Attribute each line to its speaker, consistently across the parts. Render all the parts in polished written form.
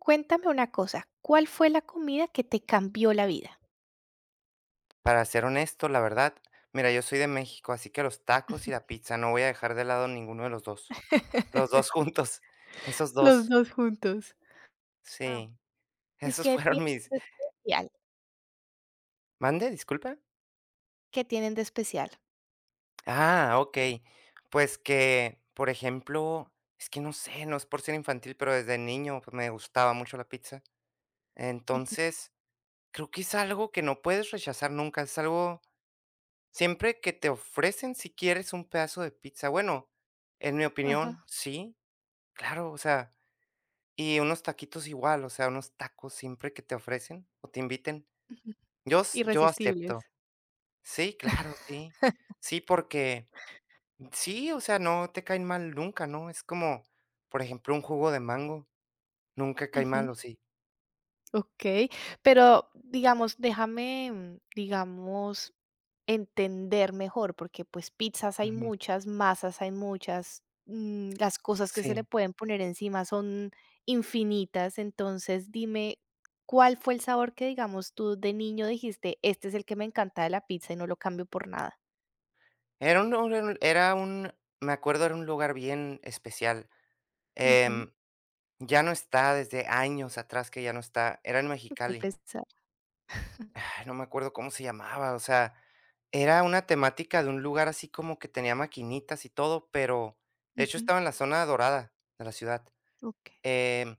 Speaker 1: Cuéntame una cosa, ¿cuál fue la comida que te cambió la vida?
Speaker 2: Para ser honesto, la verdad, mira, yo soy de México, así que los tacos y la pizza, no voy a dejar de lado ninguno de los dos. Los 2 juntos, esos
Speaker 1: Los
Speaker 2: dos,
Speaker 1: 2 juntos.
Speaker 2: sí,
Speaker 1: ¿Y
Speaker 2: esos
Speaker 1: qué
Speaker 2: fueron
Speaker 1: tienen
Speaker 2: mis...
Speaker 1: de especial?
Speaker 2: ¿Mande? Disculpa.
Speaker 1: ¿Qué tienen de especial?
Speaker 2: Ah, okey. Pues que, por ejemplo, es que no sé, no es por ser infantil, pero desde niño, pues, me gustaba mucho la pizza.
Speaker 1: Ujú.
Speaker 2: Entonces, creo que es algo que no puedes rechazar nunca, es algo, siempre que te ofrecen si quieres un pedazo de pizza. Bueno, en mi opinión,
Speaker 1: Ajá.
Speaker 2: sí, claro, o sea, y unos taquitos igual, o sea, unos tacos siempre que te ofrecen o te inviten, yo acepto.
Speaker 1: Irresistibles.
Speaker 2: Sí, claro, sí. Sí, porque sí, o sea, no te caen mal nunca, ¿no? Es como, por ejemplo, un jugo de mango, nunca cae mal,
Speaker 1: Ujú.
Speaker 2: ¿o sí?
Speaker 1: Okey, pero digamos, déjame, digamos, entender mejor, porque, pues, pizzas hay
Speaker 2: Ujú,
Speaker 1: muchas, masas hay muchas, las cosas que se
Speaker 2: sí.
Speaker 1: le pueden poner encima son infinitas. Entonces, dime, ¿cuál fue el sabor que, digamos, tú de niño dijiste: "Este es el que me encanta de la pizza y no lo cambio por nada"?
Speaker 2: Era un lugar era un- Me acuerdo, era un lugar bien especial,
Speaker 1: Ujú.
Speaker 2: em, ya no está, desde años atrás que ya no está, era en
Speaker 1: Qué
Speaker 2: Mexicali.
Speaker 1: pesar.
Speaker 2: Ay, no me acuerdo cómo se llamaba, o sea, era una temática de un lugar así como que tenía maquinitas y todo, pero de hecho
Speaker 1: Ujú.
Speaker 2: estaba en la zona dorada de la ciudad.
Speaker 1: Okey.
Speaker 2: Em,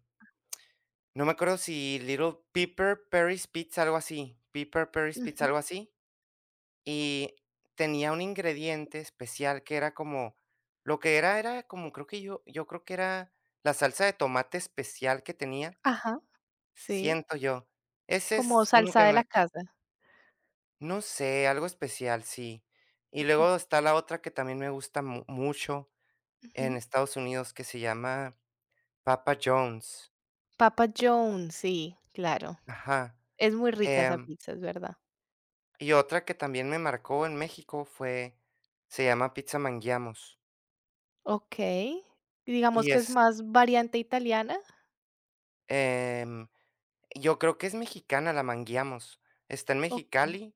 Speaker 2: no me acuerdo si Little Pepper Perry's Pizza, algo así, Pepper Perry's Pizza,
Speaker 1: Ujú.
Speaker 2: algo así, y tenía un ingrediente especial que era como, lo que era era como, yo creo que era la salsa de tomate especial que tenía,
Speaker 1: Ajá, sí,
Speaker 2: siento yo. Ese
Speaker 1: como
Speaker 2: es uno
Speaker 1: salsa
Speaker 2: que
Speaker 1: de
Speaker 2: me...
Speaker 1: la casa.
Speaker 2: No sé, algo especial, sí. Y
Speaker 1: Ujú.
Speaker 2: luego está la otra que también me gusta mu mucho,
Speaker 1: Ujú.
Speaker 2: en Estados Unidos, que se llama Papa John's.
Speaker 1: Papa John's, sí, claro.
Speaker 2: Ajá.
Speaker 1: Es muy rica esa
Speaker 2: Em,
Speaker 1: pizza, es verdad.
Speaker 2: y otra que también me marcó en México fue se llama Pizza Manguiamos.
Speaker 1: Okey. Digamos
Speaker 2: Y
Speaker 1: que es
Speaker 2: es,
Speaker 1: más variante italiana.
Speaker 2: em, yo creo que es mexicana la Manguiamos. Está en
Speaker 1: Okey.
Speaker 2: Mexicali,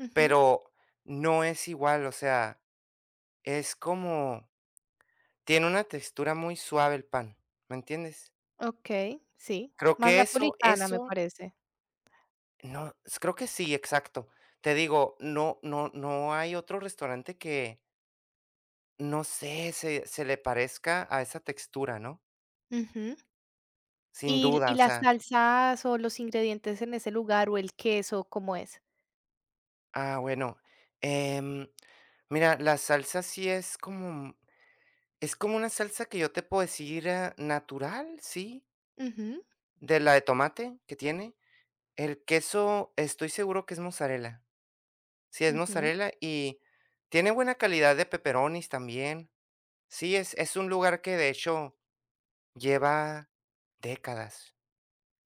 Speaker 1: Ujú.
Speaker 2: pero no es igual, o sea, es como, tiene una textura muy suave el pan, ¿me entiendes?
Speaker 1: Okey, sí.
Speaker 2: Creo
Speaker 1: Más
Speaker 2: que eso
Speaker 1: napolitana, me
Speaker 2: eso
Speaker 1: parece.
Speaker 2: No, s creo que sí, exacto. Te digo, no hay otro restaurante que, no sé, se le parezca a esa textura, ¿no?
Speaker 1: Ujú.
Speaker 2: Sin
Speaker 1: ¿Y
Speaker 2: duda,
Speaker 1: y
Speaker 2: o
Speaker 1: las
Speaker 2: sea,
Speaker 1: salsas o los ingredientes en ese lugar o el queso, cómo es?
Speaker 2: ah, bueno, em, mira, la salsa sí es como una salsa que yo te puedo decir, ah, natural, sí,
Speaker 1: Ujú,
Speaker 2: de tomate que tiene. El queso, estoy seguro que es mozzarella. Sí, es
Speaker 1: ujú,
Speaker 2: mozzarella y tiene buena calidad de pepperonis también. Sí, es un lugar que, de hecho, lleva décadas.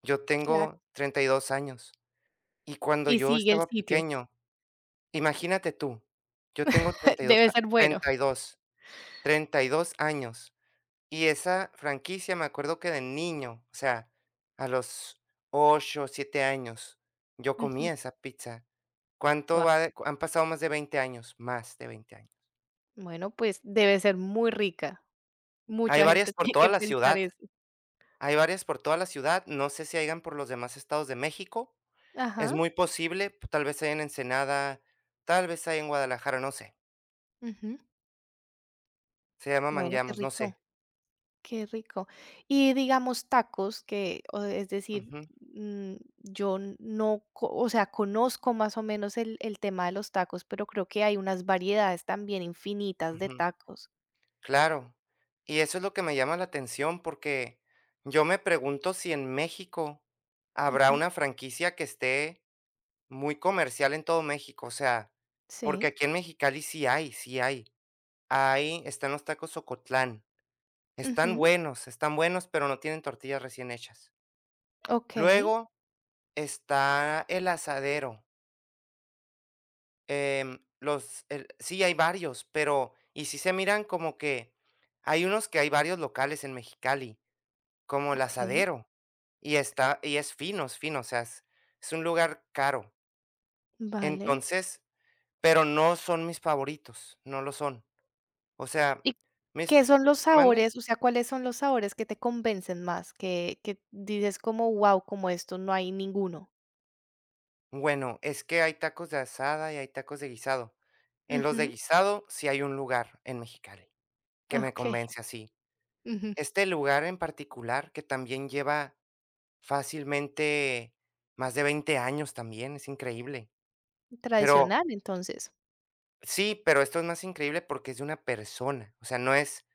Speaker 2: Yo
Speaker 1: claro.
Speaker 2: tengo 32 años, y cuando
Speaker 1: Y
Speaker 2: yo
Speaker 1: sigue el
Speaker 2: estaba
Speaker 1: sitio.
Speaker 2: pequeño, imagínate tú, yo tengo 32,
Speaker 1: Debe
Speaker 2: a
Speaker 1: ser bueno.
Speaker 2: treinta y dos, 32 años, y esa franquicia me acuerdo que de niño, o sea, a los 8, 7 años, yo
Speaker 1: Ujú.
Speaker 2: comía esa pizza. ¿Cuánto
Speaker 1: Guau.
Speaker 2: va de? Han pasado más de 20 años, más de 20 años.
Speaker 1: Bueno, pues debe ser muy rica.
Speaker 2: Hay
Speaker 1: Mucha
Speaker 2: varias
Speaker 1: gente
Speaker 2: por
Speaker 1: tiene
Speaker 2: toda
Speaker 1: que
Speaker 2: la
Speaker 1: pensar
Speaker 2: ciudad,
Speaker 1: eso.
Speaker 2: hay varias por toda la ciudad, no sé si hayan por los demás estados de México. Es
Speaker 1: Ajá.
Speaker 2: muy posible, p tal vez haya en Ensenada, tal vez haya en Guadalajara, no sé.
Speaker 1: Ujú.
Speaker 2: Se llama
Speaker 1: Bueno, qué
Speaker 2: Mangueamos, no
Speaker 1: rico.
Speaker 2: sé.
Speaker 1: Qué rico. Y digamos tacos que, o es decir,
Speaker 2: Ujú,
Speaker 1: mm, yo no, co o sea, conozco más o menos el tema de los tacos, pero creo que hay unas variedades también infinitas de
Speaker 2: ujú.
Speaker 1: tacos.
Speaker 2: Claro. Y eso es lo que me llama la atención, porque yo me pregunto si en México habrá
Speaker 1: Ujú.
Speaker 2: una franquicia que esté muy comercial en todo México, o sea, porque
Speaker 1: Sí.
Speaker 2: aquí en Mexicali sí hay, sí hay. Ahí están los tacos Ocotlán.
Speaker 1: Ujú.
Speaker 2: Están buenos, pero no tienen tortillas recién hechas.
Speaker 1: Okey,
Speaker 2: Luego está El Asadero. Los el sí, hay varios, pero, y sí se miran como que hay unos que hay varios locales en Mexicali, como El
Speaker 1: okey,
Speaker 2: Asadero, y es fino, o sea, es un lugar caro.
Speaker 1: vale.
Speaker 2: Entonces, pero no son mis favoritos, no lo son. O sea,
Speaker 1: ¿Y
Speaker 2: mis...
Speaker 1: qué son los
Speaker 2: ¿mande?
Speaker 1: sabores? O sea, ¿cuáles son los sabores que te convencen más? Que dices como: "wow, como esto no hay ninguno"?
Speaker 2: Bueno, es que hay tacos de asada y hay tacos de guisado. En los de
Speaker 1: Ujú.
Speaker 2: guisado sí hay un lugar en Mexicali que me
Speaker 1: Okey.
Speaker 2: convence así.
Speaker 1: Ujú.
Speaker 2: Este lugar en particular que también lleva, fácilmente, más de 20 años también, es increíble. Pero
Speaker 1: Tradicional, entonces,
Speaker 2: sí, pero esto es más increíble porque es de una persona, o sea, no es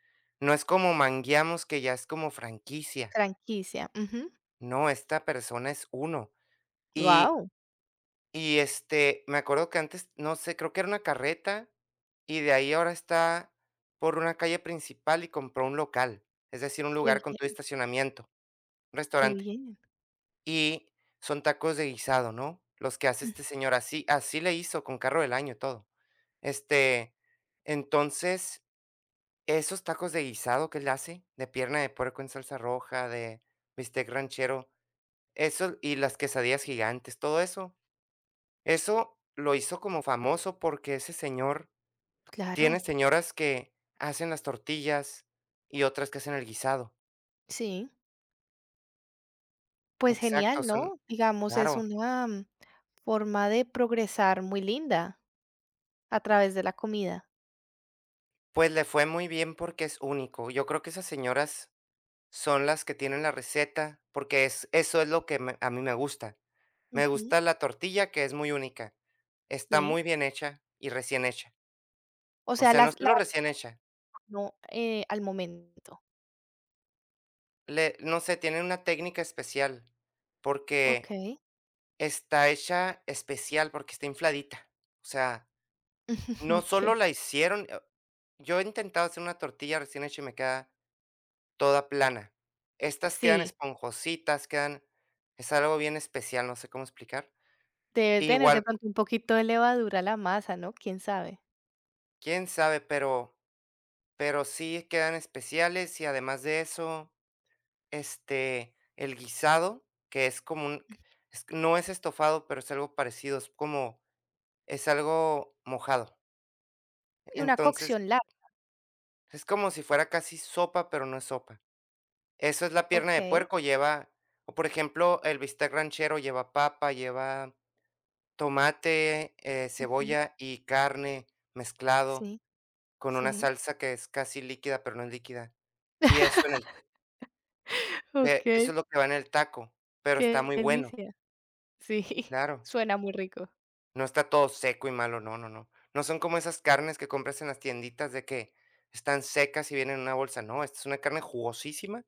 Speaker 2: no es como Mangueamos, que ya es como franquicia,
Speaker 1: franquicia. Ujú.
Speaker 2: no, esta persona es uno. Y
Speaker 1: Wow,
Speaker 2: este, me acuerdo que antes, no sé, creo que era una carreta, y de ahí ahora está por una calle principal y compró un local, es decir, un
Speaker 1: qué
Speaker 2: lugar con todo
Speaker 1: bien,
Speaker 2: estacionamiento, un
Speaker 1: qué
Speaker 2: restaurante.
Speaker 1: bien.
Speaker 2: Y son tacos de guisado, ¿no? Los que hace
Speaker 1: Mm,
Speaker 2: este señor, así así le hizo con carro del año, y todo. Este, entonces, esos tacos de guisado que él hace, de pierna de puerco en salsa roja, de bistec ranchero, eso y las quesadillas gigantes, todo eso. Eso lo hizo como famoso porque ese señor tiene
Speaker 1: claro,
Speaker 2: señoras que hacen las tortillas y otras que hacen el guisado.
Speaker 1: sí. Pues
Speaker 2: Exacto,
Speaker 1: genial,
Speaker 2: son...
Speaker 1: ¿no? Digamos, es
Speaker 2: claro.
Speaker 1: una, forma de progresar muy linda a través de la comida.
Speaker 2: Pues le fue muy bien porque es único. Yo creo que esas señoras son las que tienen la receta, porque es eso es lo que me a mí me gusta. Me
Speaker 1: Ujú,
Speaker 2: gusta la tortilla, que es muy única. Está
Speaker 1: sí.
Speaker 2: muy bien hecha y recién hecha.
Speaker 1: O
Speaker 2: O
Speaker 1: sea,
Speaker 2: sea, no
Speaker 1: las la
Speaker 2: solo recién hecha,
Speaker 1: no, al momento.
Speaker 2: le no sé, tiene una técnica especial, porque
Speaker 1: Okey,
Speaker 2: está hecha especial, porque está infladita. O sea, no
Speaker 1: okey.
Speaker 2: solo la hicieron, yo he intentado hacer una tortilla recién hecha y me queda toda plana. Estas quedan
Speaker 1: Sí,
Speaker 2: esponjositas, quedan... es algo bien especial, no sé cómo explicar.
Speaker 1: debe tener de
Speaker 2: Igual,
Speaker 1: pronto un poquito de levadura la masa, ¿no? Quién sabe.
Speaker 2: quién sabe, pero sí quedan especiales, y además de eso, el guisado, que es como un... es no es estofado, pero es algo parecido, es como, es algo mojado.
Speaker 1: Y una
Speaker 2: Entonces,
Speaker 1: cocción larga.
Speaker 2: es como si fuera casi sopa, pero no es sopa. Eso es la pierna de
Speaker 1: Okey.
Speaker 2: puerco, lleva... o, por ejemplo, el bistec ranchero lleva papa, lleva tomate,
Speaker 1: Ujú,
Speaker 2: cebolla y carne mezclado
Speaker 1: sí,
Speaker 2: con una
Speaker 1: sí.
Speaker 2: salsa que es casi líquida, pero no es líquida. Y eso en el... que eso es
Speaker 1: Okey,
Speaker 2: lo que va en el taco, pero está
Speaker 1: qué
Speaker 2: muy bueno,
Speaker 1: delicia. Sí,
Speaker 2: claro.
Speaker 1: suena muy rico.
Speaker 2: No está todo seco y malo, no, no, no. No son como esas carnes que compras en las tienditas, de que están secas y vienen en una bolsa, no, esta es una carne jugosísima,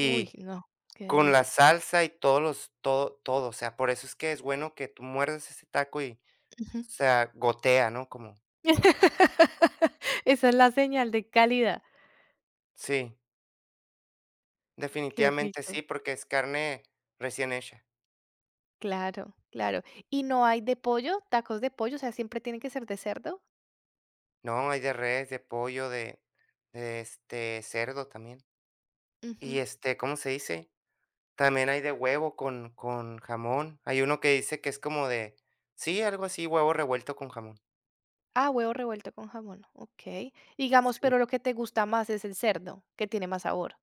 Speaker 1: Uy, no, qué
Speaker 2: con la
Speaker 1: delicia.
Speaker 2: salsa y todo todo, o sea, por eso es que es bueno que tú muerdas ese taco y,
Speaker 1: Ujú.
Speaker 2: o sea, gotea, ¿no? Como
Speaker 1: Esa es la señal de calidad.
Speaker 2: sí,
Speaker 1: Qué
Speaker 2: definitivamente
Speaker 1: rico.
Speaker 2: sí, porque es carne recién hecha.
Speaker 1: Claro, claro. ¿Y no hay de pollo? ¿Tacos de pollo? O sea, ¿siempre tiene que ser de cerdo?
Speaker 2: No, hay de res, de pollo, de cerdo también. Y,
Speaker 1: Ujú.
Speaker 2: ¿cómo se dice? También hay de huevo con jamón. Hay uno que dice que es como de... sí, algo así, huevo revuelto con jamón.
Speaker 1: Ah, huevo revuelto con jamón. Ok. Digamos, pero
Speaker 2: Sí.
Speaker 1: lo que te gusta más es el cerdo, que tiene más sabor.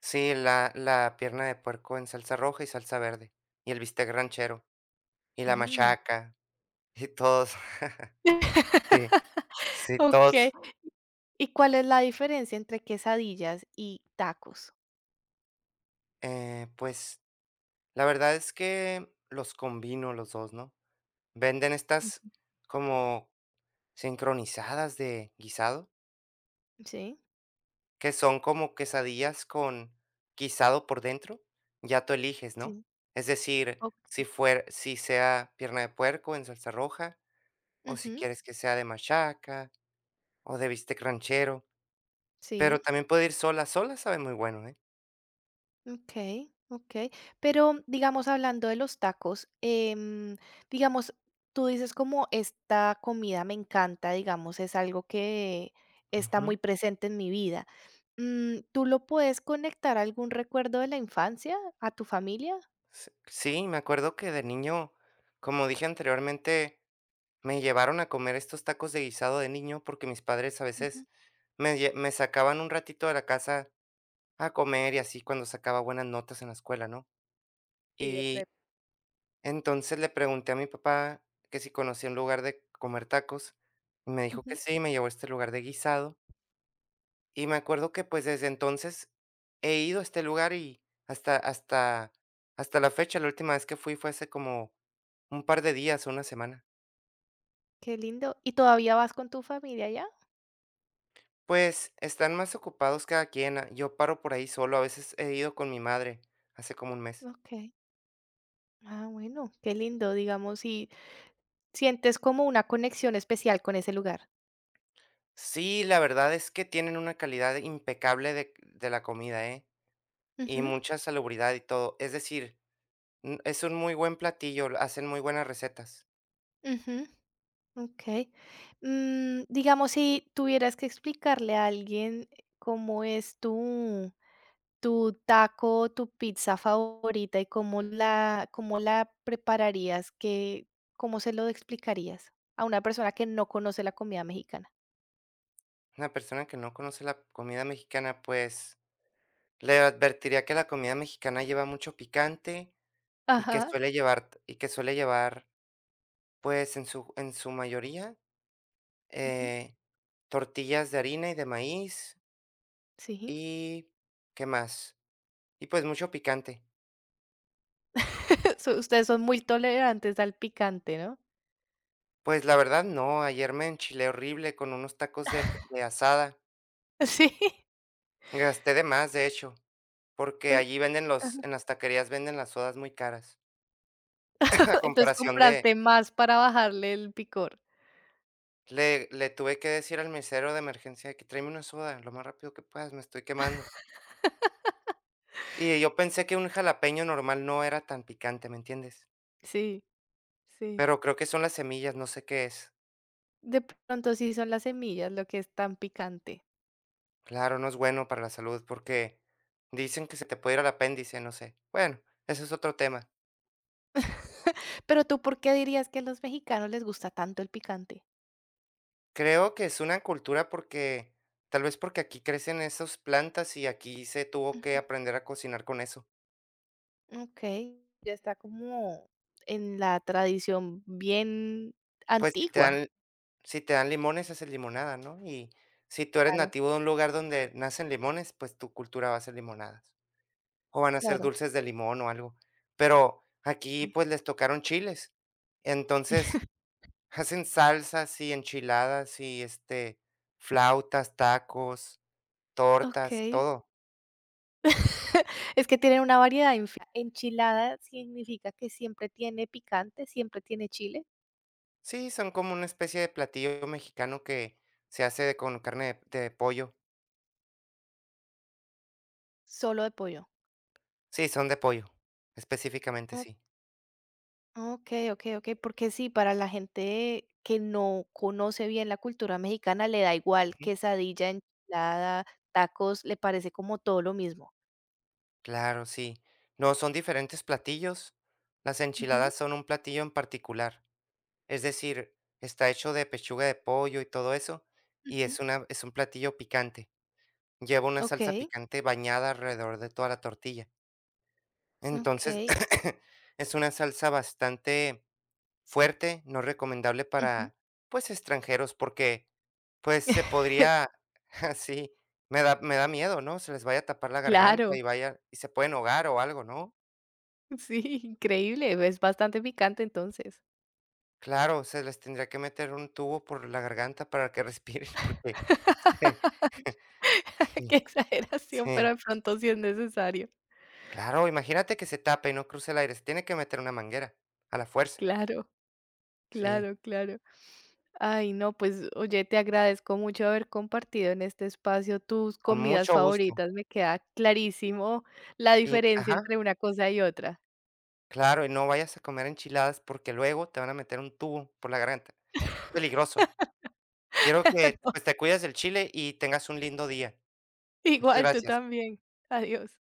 Speaker 2: Sí, la pierna de puerco en salsa roja y salsa verde, y el bistec ranchero, y la
Speaker 1: Mm.
Speaker 2: machaca, y todos. Sí, sí,
Speaker 1: Ok.
Speaker 2: todos.
Speaker 1: ¿Y cuál es la diferencia entre quesadillas y tacos?
Speaker 2: Pues, la verdad es que los combino, los dos, ¿no? Venden estas
Speaker 1: Ujú.
Speaker 2: como sincronizadas de guisado.
Speaker 1: Sí,
Speaker 2: Que son como quesadillas con guisado por dentro, ya tú eliges, ¿no?
Speaker 1: sí.
Speaker 2: Es decir,
Speaker 1: Ok.
Speaker 2: si sea pierna de puerco en salsa roja, o si
Speaker 1: Ujú,
Speaker 2: quieres que sea de machaca, o de bistec ranchero, pero
Speaker 1: sí.
Speaker 2: también puede ir sola, sola sabe muy bueno, ¿eh?
Speaker 1: Okey, okey. Pero, digamos, hablando de los tacos, digamos, tú dices como esta comida me encanta, digamos, es algo que está muy
Speaker 2: Ujú.
Speaker 1: presente en mi vida. Mm, ¿tú lo puedes conectar a algún recuerdo de la infancia, a tu familia?
Speaker 2: S Sí, me acuerdo que de niño, como dije anteriormente, me llevaron a comer estos tacos de guisado de niño, porque mis padres a
Speaker 1: Ujú.
Speaker 2: veces me sacaban un ratito de la casa a comer, y así cuando sacaba buenas notas en la escuela, ¿no?
Speaker 1: Sí, de
Speaker 2: Y
Speaker 1: prepa.
Speaker 2: entonces le pregunté a mi papá que si conocía un lugar de comer tacos, y me dijo que
Speaker 1: Ujú.
Speaker 2: sí, y me llevó a este lugar de guisado. Y me acuerdo que, pues, desde entonces he ido a este lugar y hasta, hasta, hasta la fecha, la última vez que fui fue hace como un par de días o una semana.
Speaker 1: Qué lindo. ¿Y todavía vas con tu familia allá?
Speaker 2: Pues están más ocupados cada quien. Yo paro por ahí solo, a veces he ido con mi madre hace como un mes.
Speaker 1: Okey. Ah, bueno, qué lindo, digamos, y sientes como una conexión especial con ese lugar.
Speaker 2: Sí, la verdad es que tienen una calidad impecable de la comida, ¿eh? Y
Speaker 1: Ujú,
Speaker 2: mucha salubridad y todo. Es decir, es un muy buen platillo, hacen muy buenas recetas.
Speaker 1: ujú. Okey. Mm, digamos, si tuvieras que explicarle a alguien cómo es tu tu taco tu pizza favorita y cómo la prepararías, que cómo se lo explicarías a una persona que no conoce la comida mexicana?
Speaker 2: Una persona que no conoce la comida mexicana, pues, le advertiría que la comida mexicana lleva mucho picante, y
Speaker 1: Ajá.
Speaker 2: que suele llevar, pues, en su mayoría,
Speaker 1: Ujú.
Speaker 2: eh, tortillas de harina y de maíz
Speaker 1: Sí.
Speaker 2: y, ¿qué más? Y, pues, mucho picante.
Speaker 1: So, ustedes son muy tolerantes al picante, ¿no?
Speaker 2: Pues, la verdad no, ayer me enchilé horrible con unos tacos de asada.
Speaker 1: Sí.
Speaker 2: Gasté de más, de hecho, porque
Speaker 1: Uy,
Speaker 2: allí venden los...
Speaker 1: ajá.
Speaker 2: en las taquerías venden las sodas muy caras, a
Speaker 1: Entonces
Speaker 2: comparación de...
Speaker 1: compraste más para bajarle el picor.
Speaker 2: le tuve que decir al mesero de emergencia, de que tráeme una soda lo más rápido que puedas, me estoy quemando. Y yo pensé que un jalapeño normal no era tan picante, ¿me entiendes?
Speaker 1: Sí, sí.
Speaker 2: Pero creo que son las semillas, no sé qué es.
Speaker 1: De pronto sí son las semillas lo que es tan picante.
Speaker 2: Claro, no es bueno para la salud porque dicen que se te puede ir al apéndice, no sé. Bueno, ese es otro tema.
Speaker 1: Pero tú, ¿por qué dirías que a los mexicanos les gusta tanto el picante?
Speaker 2: Creo que es una cultura, porque tal vez porque aquí crecen esas plantas y aquí se tuvo que
Speaker 1: Ujú.
Speaker 2: aprender a cocinar con eso.
Speaker 1: Okey, ya está como en la tradición bien
Speaker 2: Pues si te
Speaker 1: antigua.
Speaker 2: dan Si te dan limones, haces limonada, ¿no? Y si tú eres
Speaker 1: Claro,
Speaker 2: nativo de un lugar donde nacen limones, pues tu cultura va a ser limonadas, o van a ser
Speaker 1: claro.
Speaker 2: dulces de limón o algo. Pero aquí, pues, les tocaron chiles. Entonces, hacen salsas y enchiladas y, flautas, tacos, tortas,
Speaker 1: Okey.
Speaker 2: todo.
Speaker 1: Es que tienen una variedad infi ¿enchilada significa que siempre tiene picante, siempre tiene chile?
Speaker 2: Sí, son como una especie de platillo mexicano que se hace con carne de pollo.
Speaker 1: Solo de pollo.
Speaker 2: Sí, son de pollo, específicamente, sí.
Speaker 1: Okey, okey, okey, porque sí, para la gente que no conoce bien la cultura mexicana, le da igual quesadilla, enchilada, tacos, le parece como todo lo mismo.
Speaker 2: Claro, sí. No, son diferentes platillos. Las
Speaker 1: Ujú,
Speaker 2: enchiladas son un platillo en particular. Es decir, está hecho de pechuga de pollo y todo eso, y
Speaker 1: ujú.
Speaker 2: es un platillo picante. Lleva una salsa
Speaker 1: Okey,
Speaker 2: picante bañada alrededor de toda la tortilla. Entonces,
Speaker 1: okey,
Speaker 2: es una salsa bastante fuerte, no recomendable
Speaker 1: ujú.
Speaker 2: para, pues, extranjeros, porque, pues, se podría... así me da miedo, ¿no? Se les vaya a tapar la garganta
Speaker 1: Claro,
Speaker 2: y vaya, y se pueden ahogar o algo, ¿no?
Speaker 1: sí, increíble, es bastante picante entonces.
Speaker 2: Claro, se les tendría que meter un tubo por la garganta para que respiren, porque...
Speaker 1: Qué exageración, pero
Speaker 2: Sí,
Speaker 1: de pronto sí es necesario,
Speaker 2: claro, imagínate que se tape y no cruce el aire, se tiene que meter una manguera, a la fuerza,
Speaker 1: claro.
Speaker 2: sí,
Speaker 1: Claro, claro. Ay, no, pues oye, te agradezco mucho haber compartido en este espacio tus
Speaker 2: con
Speaker 1: comidas
Speaker 2: mucho gusto.
Speaker 1: favoritas. Me queda clarísimo la
Speaker 2: Y
Speaker 1: diferencia
Speaker 2: ajá,
Speaker 1: entre una cosa y otra.
Speaker 2: claro, y no vayas a comer enchiladas porque luego te van a meter un tubo por la garganta, peligroso. Quiero que, pues, te cuides del chile y tengas un lindo día. Muchas
Speaker 1: Igual tú
Speaker 2: gracias.
Speaker 1: también. Adiós.